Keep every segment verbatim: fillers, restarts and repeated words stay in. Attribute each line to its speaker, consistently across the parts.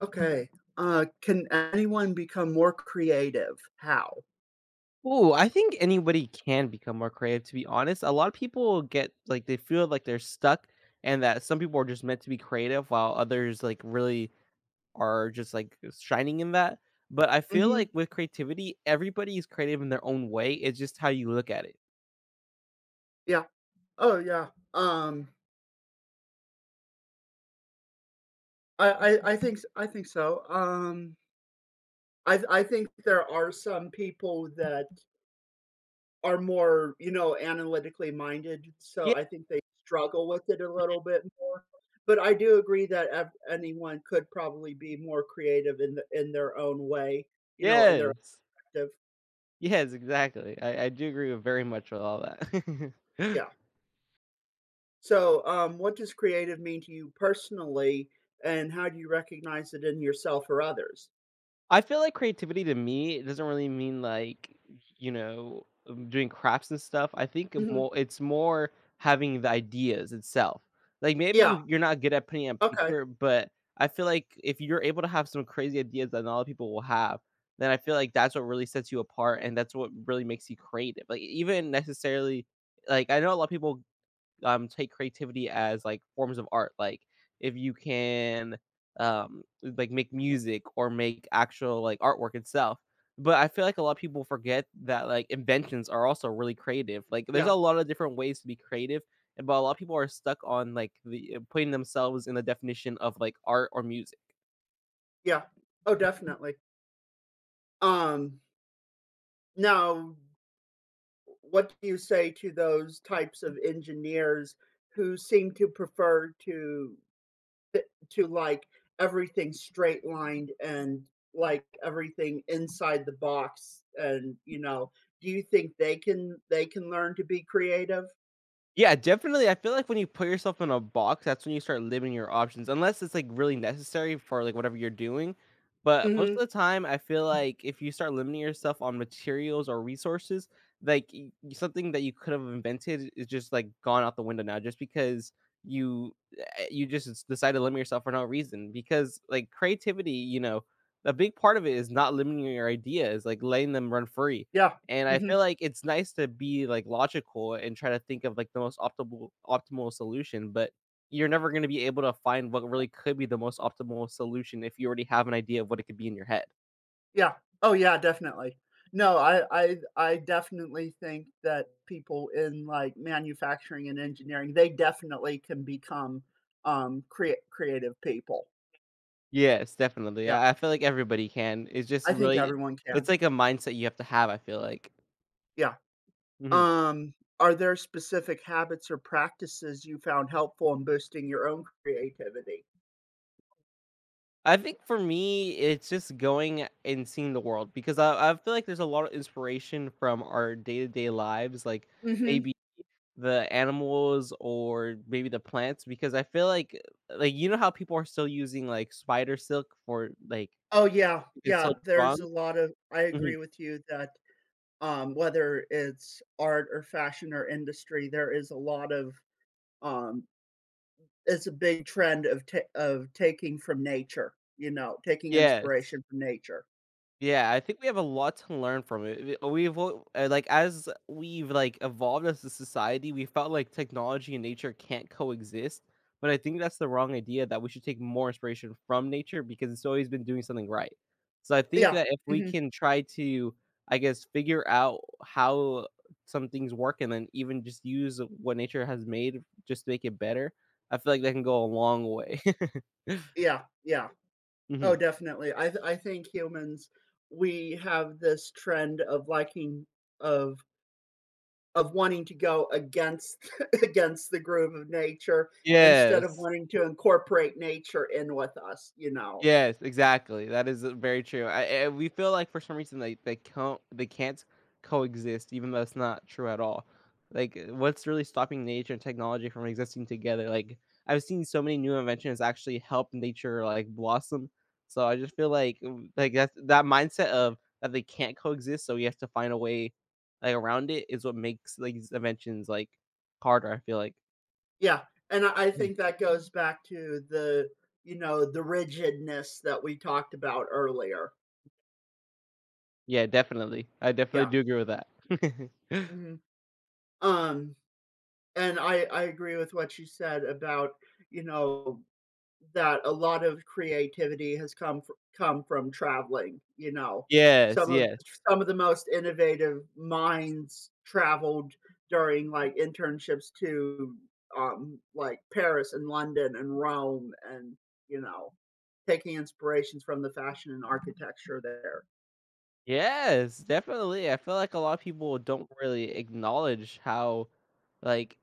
Speaker 1: Okay, uh, can anyone become more creative? How?
Speaker 2: Oh, I think anybody can become more creative, to be honest. A lot of people get like they feel like they're stuck and that some people are just meant to be creative while others like really are just like shining in that. But I feel
Speaker 1: Mhm,
Speaker 2: like with creativity, everybody is creative in their own way. It's just how you look at it.
Speaker 1: yeah. Oh, yeah, um, I I I think s I think so, um, I I think there are some people that are more, you know, analytically minded,
Speaker 2: Yeah.
Speaker 1: so I think they struggle with it a little bit more, but I do agree that ev anyone could probably be more creative in the in their own way, you know, in their
Speaker 2: Yes.
Speaker 1: active
Speaker 2: Yes, exactly. I, I do agree with very much with all that.
Speaker 1: yeah. So, um, what does creative mean to you personally, and how do you recognize it in yourself or others?
Speaker 2: I feel like creativity to me, it doesn't really mean like, you know, um, doing crafts and stuff. I think of
Speaker 1: Mhm.
Speaker 2: more it's more having the ideas itself. Like maybe
Speaker 1: Yeah.
Speaker 2: you, you're not good at putting it on
Speaker 1: Okay.
Speaker 2: paper, but I feel like if you're able to have some crazy ideas that not a lot of people will have, then I feel like that's what really sets you apart and that's what really makes you creative. Like even necessarily like I know a lot of people um, take creativity as like forms of art. Like if you can um like make music or make actual like artwork itself. But I feel like a lot of people forget that like inventions are also really creative. Like there's a
Speaker 1: Yeah.
Speaker 2: lot of different ways to be creative, and but a lot of people are stuck on like the putting themselves in the definition of like art or music.
Speaker 1: Yeah. Oh, definitely. Um, now, what do you say to those types of engineers who seem to prefer to th- to like everything straight lined and like everything inside the box? And you know, do you think they can they can learn to be creative?
Speaker 2: Yeah, definitely. I feel like when you put yourself in a box, that's when you start limiting your options, unless it's like really necessary for like whatever you're doing. But most of the time, I feel like if you start limiting yourself on materials or resources, like y- y- something that you could have invented is just like gone out the window now, just because you eh, you just s- decide to limit yourself for no reason. Because like creativity, you know, a big part of it is not limiting your ideas, like letting them run free
Speaker 1: Yeah,
Speaker 2: and I feel
Speaker 1: mhm.
Speaker 2: like it's nice to be, like, logical and try to think of, like, the most optimal optimal solution, but you're never gonna be able to find what really could be the most optimal solution if you already have an idea of what it could be in your head.
Speaker 1: Yeah. Oh, yeah, definitely. No, I I I definitely think that people in, like, manufacturing and engineering, they definitely can become, um, crea creative people.
Speaker 2: Yes, definitely.
Speaker 1: Yeah,
Speaker 2: I I feel like everybody can. It's just
Speaker 1: I think
Speaker 2: really
Speaker 1: everyone
Speaker 2: it's
Speaker 1: can.
Speaker 2: like a mindset you have to have, I feel like.
Speaker 1: Yeah.
Speaker 2: Mhm.
Speaker 1: Um, are there specific habits or practices you found helpful in boosting your own creativity?
Speaker 2: I think for me, it's just going and seeing the world because I I feel like there's a lot of inspiration from our day-to-day lives, like,
Speaker 1: Mhm.
Speaker 2: maybe the animals or maybe the plants because I feel like uh, like, you know how people are still using, like, spider silk for, like,
Speaker 1: Oh, yeah,
Speaker 2: it's so
Speaker 1: yeah, there's
Speaker 2: strong?
Speaker 1: a lot of I
Speaker 2: Mhm.
Speaker 1: agree with you that. Um, whether it's art or fashion or industry, there is a lot of, um it's a big trend of ta of taking from nature, you know, taking
Speaker 2: Yes.
Speaker 1: inspiration from nature.
Speaker 2: Yeah, I think we have a lot to learn from it. We- uh, We've al- uh, like as we've like evolved as a society, we felt like technology and nature can't coexist. But I think that's the wrong idea that we should take more inspiration from nature because it's always been doing something right. So I think
Speaker 1: Yeah.
Speaker 2: that if we
Speaker 1: Mhm.
Speaker 2: can try to, I guess, figure out how some things work and then even just use what nature has made just to make it better, I feel like that can go a long way.
Speaker 1: Yeah, yeah.
Speaker 2: Hmm.
Speaker 1: Oh, definitely. I th I think humans, we have this trend of liking of of wanting to go against against the groove of nature instead of
Speaker 2: Yes.
Speaker 1: wanting to incorporate nature in with us, you know?
Speaker 2: Yes, exactly. That is uh, very true. I and we feel like for some reason they they can't they can't coexist, even though it's not true at all. Like, uh, what's really stopping nature and technology from existing together? Like, I've seen so many new inventions actually help nature like blossom. So I just feel like w- like that that mindset of that they can't coexist, so we have to find a way like around it is what makes like these inventions like harder. I feel like.
Speaker 1: Yeah, and I I
Speaker 2: Mhm.
Speaker 1: think that goes back to the, you know, the rigidness that we talked about earlier.
Speaker 2: Yeah, definitely. I definitely
Speaker 1: Yeah.
Speaker 2: do agree with that.
Speaker 1: Mhm. Um, and I I agree with what you said about, you know, that a lot of creativity has come fr come from traveling, you know?
Speaker 2: Yes,
Speaker 1: Some of
Speaker 2: yes.
Speaker 1: some of the most innovative minds traveled during, like, internships to, um, like, Paris and London and Rome and, you know, taking inspirations from the fashion and architecture there.
Speaker 2: Yes, definitely. I feel like a lot of people don't really acknowledge how, like,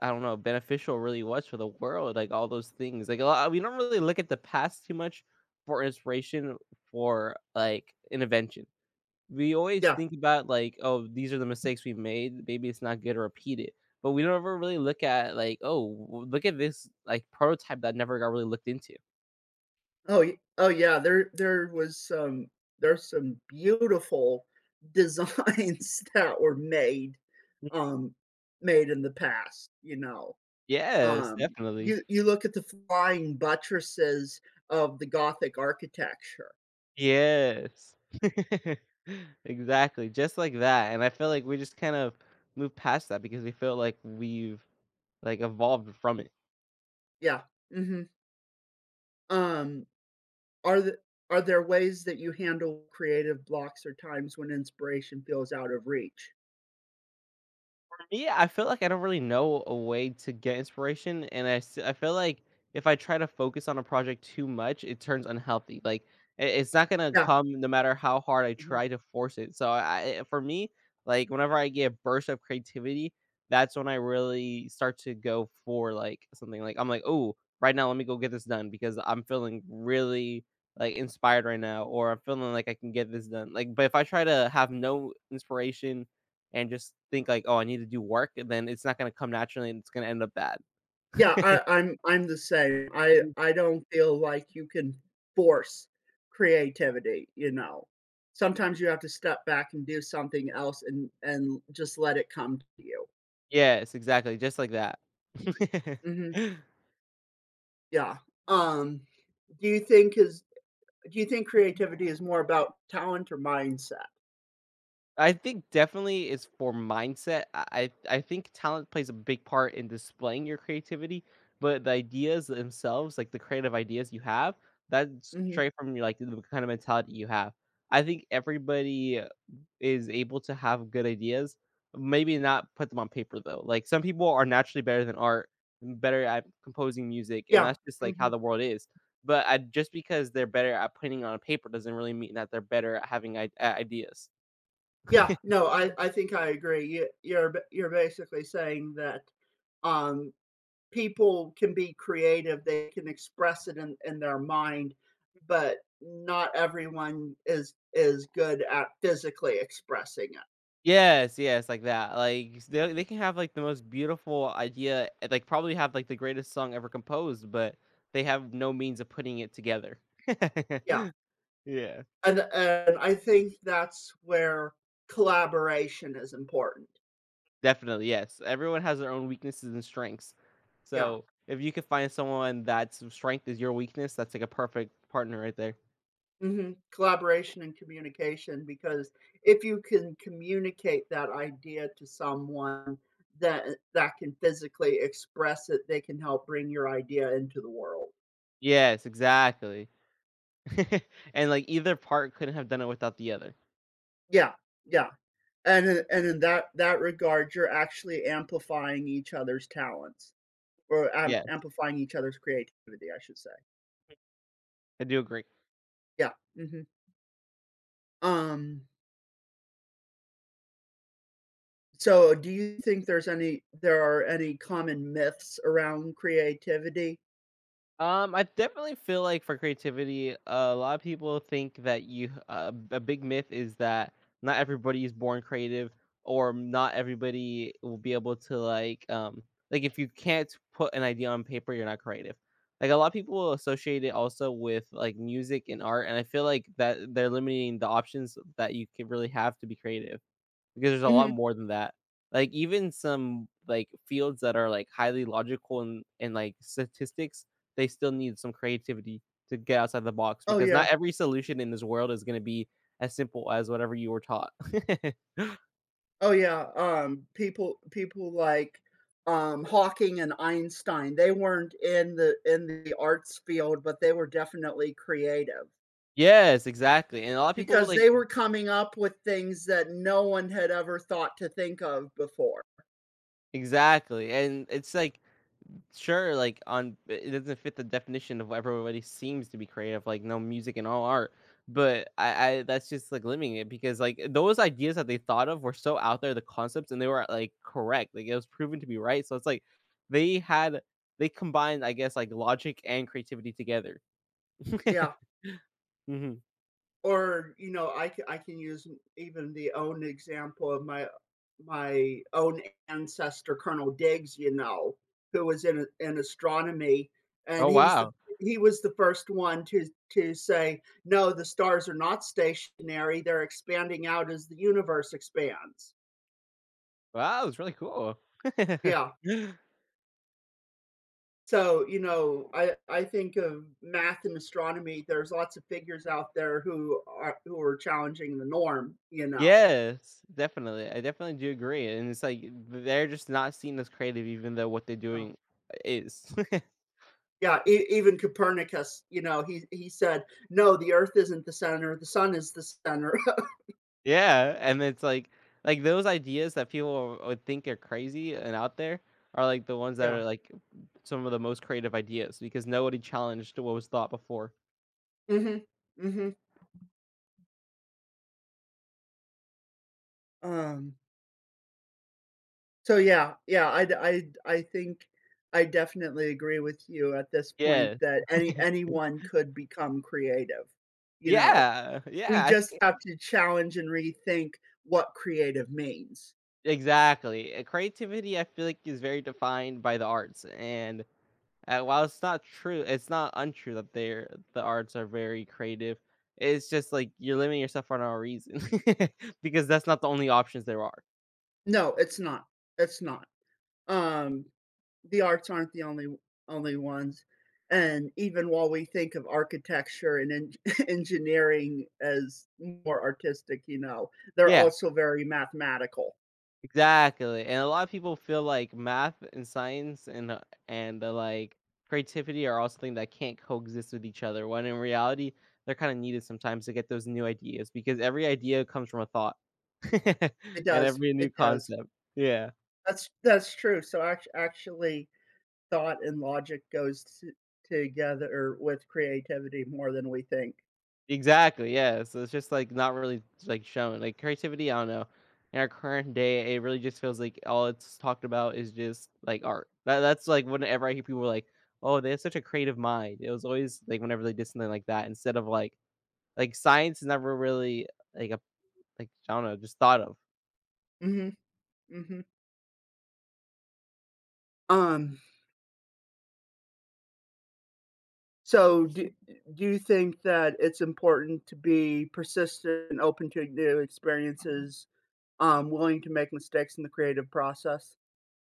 Speaker 2: I don't know, beneficial really was for the world. Like all those things. Like a lot, we don't really look at the past too much for inspiration for like invention. We always
Speaker 1: Yeah.
Speaker 2: think about like, oh, these are the mistakes we made. Maybe it's not good to repeat it. But we don't ever really look at like, oh, w- look at this like prototype that never got really looked into.
Speaker 1: Oh, y oh, yeah, there there was some there's some beautiful designs that were made, um, made in the past, you know?
Speaker 2: Yes,
Speaker 1: Um,
Speaker 2: definitely.
Speaker 1: you you look at the flying buttresses of the Gothic architecture.
Speaker 2: Yes. Exactly, just like that, and I feel like we just kind of moved past that because we feel like we've, like, evolved from it.
Speaker 1: Yeah, mhm. Um, are the are there ways that you handle creative blocks or times when inspiration feels out of reach?
Speaker 2: Me, I feel like I don't really know a way to get inspiration, and I s- I feel like if I try to focus on a project too much, it turns unhealthy. Like i- it's not gonna
Speaker 1: Yeah,
Speaker 2: come no matter how hard I
Speaker 1: mhm.
Speaker 2: try to force it. So I I- for me, like whenever I get bursts of creativity, that's when I really start to go for like something. Like I'm like, oh, right now, let me go get this done because I'm feeling really like inspired right now, or I'm feeling like I can get this done. Like, but if I try to have no inspiration and just think like, "Oh, I need to do work," and then it's not gonna come naturally and it's gonna end up bad.
Speaker 1: Yeah, I I'm I'm the same. I I don't feel like you can force creativity, you know? Sometimes you have to step back and do something else and and just let it come to you.
Speaker 2: Yes, exactly, just like that.
Speaker 1: Mhm, yeah. Um, do you think is do you think creativity is more about talent or mindset?
Speaker 2: I think definitely is for mindset. I I I think talent plays a big part in displaying your creativity, but the ideas themselves, like the creative ideas you have, that's
Speaker 1: Mhm.
Speaker 2: straight from your like the kind of mentality you have. I think everybody uh, is able to have good ideas, maybe not put them on paper though. Like some people are naturally better than art, and better at composing music, and
Speaker 1: Yeah,
Speaker 2: that's just like how
Speaker 1: mhm.
Speaker 2: the world is. But I, just because they're better at putting it on paper doesn't really mean that they're better at having I- at ideas.
Speaker 1: Yeah, no, I I think I agree. You you're b you're basically saying that, um people can be creative, they can express it in in their mind, but not everyone is is good at physically expressing it.
Speaker 2: Yes, yes, like that. Like they they can have like the most beautiful idea, and, like probably have like the greatest song ever composed, but they have no means of putting it together.
Speaker 1: Yeah,
Speaker 2: Yeah,
Speaker 1: and and I think that's where collaboration is important.
Speaker 2: definitely. Yes, everyone has their own weaknesses and strengths.
Speaker 1: Yeah,
Speaker 2: So if you could find someone that's strength is your weakness, that's like a perfect partner right there.
Speaker 1: mhm, collaboration and communication, because if you can communicate that idea to someone that that can physically express it, they can help bring your idea into the world.
Speaker 2: Yes, exactly. And like either part couldn't have done it without the other.
Speaker 1: Yeah, yeah. and in, and in that that regard you're actually amplifying each other's talents or um,
Speaker 2: Yeah,
Speaker 1: amplifying each other's creativity I should say.
Speaker 2: I do agree.
Speaker 1: Yeah hmm um so do you think there's any there are any common myths around creativity?
Speaker 2: Um, I definitely feel like for creativity, a lot of people think that you uh, a big myth is that not everybody is born creative, or not everybody will be able to like um like if you can't put an idea on paper, you're not creative. Like a lot of people will associate it also with like music and art, and I feel like that they're limiting the options that you can really have to be creative because there's a lot
Speaker 1: hmm
Speaker 2: more than that. Like even some like fields that are like highly logical and, and like statistics, they still need some creativity to get outside the box
Speaker 1: oh
Speaker 2: because not
Speaker 1: yeah,
Speaker 2: every solution in this world is going to be as simple as whatever you were taught.
Speaker 1: oh yeah, um people people like, um Hawking and Einstein, they weren't in the in the arts field, but they were definitely creative
Speaker 2: Yes, exactly. And a lot of people will
Speaker 1: because
Speaker 2: like
Speaker 1: they were coming up with things that no one had ever thought to think of before.
Speaker 2: exactly. And it's like sure, like on it doesn't fit the definition of what everybody seems to be creative, like no music and all art. But I, I that's just like limiting it because like those ideas that they thought of were so out there, the concepts, and they were like correct. Like it was proven to be right. So it's like they had they combined, I guess, like logic and creativity together.
Speaker 1: Yeah.
Speaker 2: Hmm.
Speaker 1: Or, you know, I c- I can use even the own example of my my own ancestor, Colonel Diggs, you know, who was in in astronomy,
Speaker 2: Oh
Speaker 1: and he's the
Speaker 2: wow.
Speaker 1: he was the first one to to say, "No, the stars are not stationary. They're expanding out as the universe expands."
Speaker 2: Wow, that was really cool.
Speaker 1: Yeah. So, you know, I I think of math and astronomy, there's lots of figures out there who are who are challenging the norm, you know.
Speaker 2: Yes, definitely. I definitely do agree, and it's like they're just not seen as creative, even though what they're
Speaker 1: No.
Speaker 2: doing is.
Speaker 1: Yeah, e even Copernicus, you know, he he said, "No, the Earth isn't the center, the sun is the center."
Speaker 2: Yeah, and it's like like those ideas that people would think are crazy and out there are like the ones that
Speaker 1: Yeah.
Speaker 2: are like some of the most creative ideas because nobody challenged what was thought before.
Speaker 1: Mhm. Mhm. Um, so yeah, yeah, i d- i d- I think I definitely agree with you at this point
Speaker 2: Yeah.
Speaker 1: that any anyone could become creative, you know.
Speaker 2: Yeah.
Speaker 1: We
Speaker 2: Yeah. I
Speaker 1: just
Speaker 2: think
Speaker 1: have to challenge and rethink what creative means.
Speaker 2: exactly. Uh, Creativity, I feel like, is very defined by the arts and Uh, while it's not true, it's not untrue that they're the arts are very creative. It's just like you're limiting yourself for no reason because that's not the only options there are.
Speaker 1: No, it's not. It's not. Um, the arts aren't the only only ones. And even while we think of architecture and en engineering as more artistic, you know, they're
Speaker 2: Yeah,
Speaker 1: also very mathematical.
Speaker 2: exactly. And a lot of people feel like math and science and uh, and uh, like creativity are also things that can't coexist with each other. When in reality, they're kind of needed sometimes to get those new ideas because every idea comes from a thought
Speaker 1: It
Speaker 2: and
Speaker 1: does.
Speaker 2: every new
Speaker 1: It does.
Speaker 2: concept. Yeah.
Speaker 1: That's that's true. So act actually, thought and logic goes t together with creativity more than we think.
Speaker 2: Exactly, yeah, so it's just, like, not really, like, shown, like, creativity, I don't know. In our current day, it really just feels like all it's talked about is just, like, art. That that's, like, whenever I hear people, like, "Oh, they have such a creative mind." It was always, like, whenever they did something like that instead of, like like, science is never really, like, a like, I don't know, just thought of.
Speaker 1: Mhm, mhm. Um so, do do you think that it's important to be persistent and open to new experiences, um, willing to make mistakes in the creative process?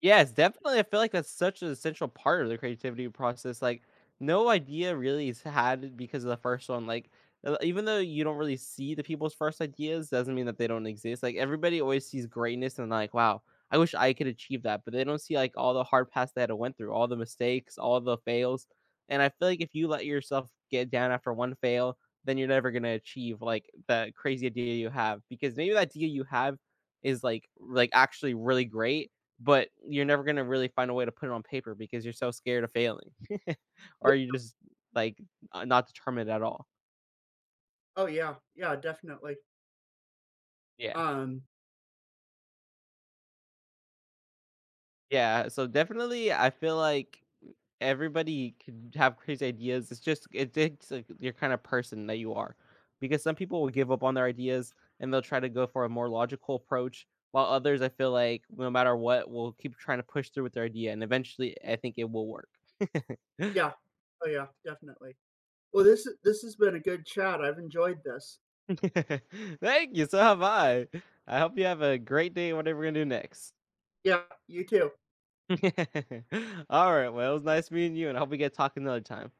Speaker 2: Yes, definitely. I feel like that's such an essential part of the creativity process. Like, no idea really is had because of the first one. Like, uh, even though you don't really see the people's first ideas, doesn't mean that they don't exist. Like, everybody always sees greatness and like, wow, I wish I could achieve that, but they don't see like all the hard paths they had to went through, all the mistakes, all the fails. And I feel like if you let yourself get down after one fail, then you're never gonna achieve like the crazy idea you have because maybe that idea you have is like like actually really great but you're never going to really find a way to put it on paper because you're so scared of failing
Speaker 1: Yeah.
Speaker 2: or you're just like uh, not determined at all.
Speaker 1: Oh, yeah. Yeah, definitely.
Speaker 2: Yeah.
Speaker 1: Um,
Speaker 2: Yeah. So definitely, I feel like everybody can have crazy ideas. It's just, it takes like your kind of person that you are because some people will give up on their ideas and they'll try to go for a more logical approach. While others, I feel like no matter what, will keep trying to push through with their idea, and eventually, I think it will work.
Speaker 1: yeah. Oh, yeah, definitely. Well, this this has been a good chat. I've enjoyed this.
Speaker 2: Thank you. So have I. I hope you have a great day, whatever we're gonna do next.
Speaker 1: Yeah, you too.
Speaker 2: All right. Well, it was nice meeting you, and I hope we get talking another time.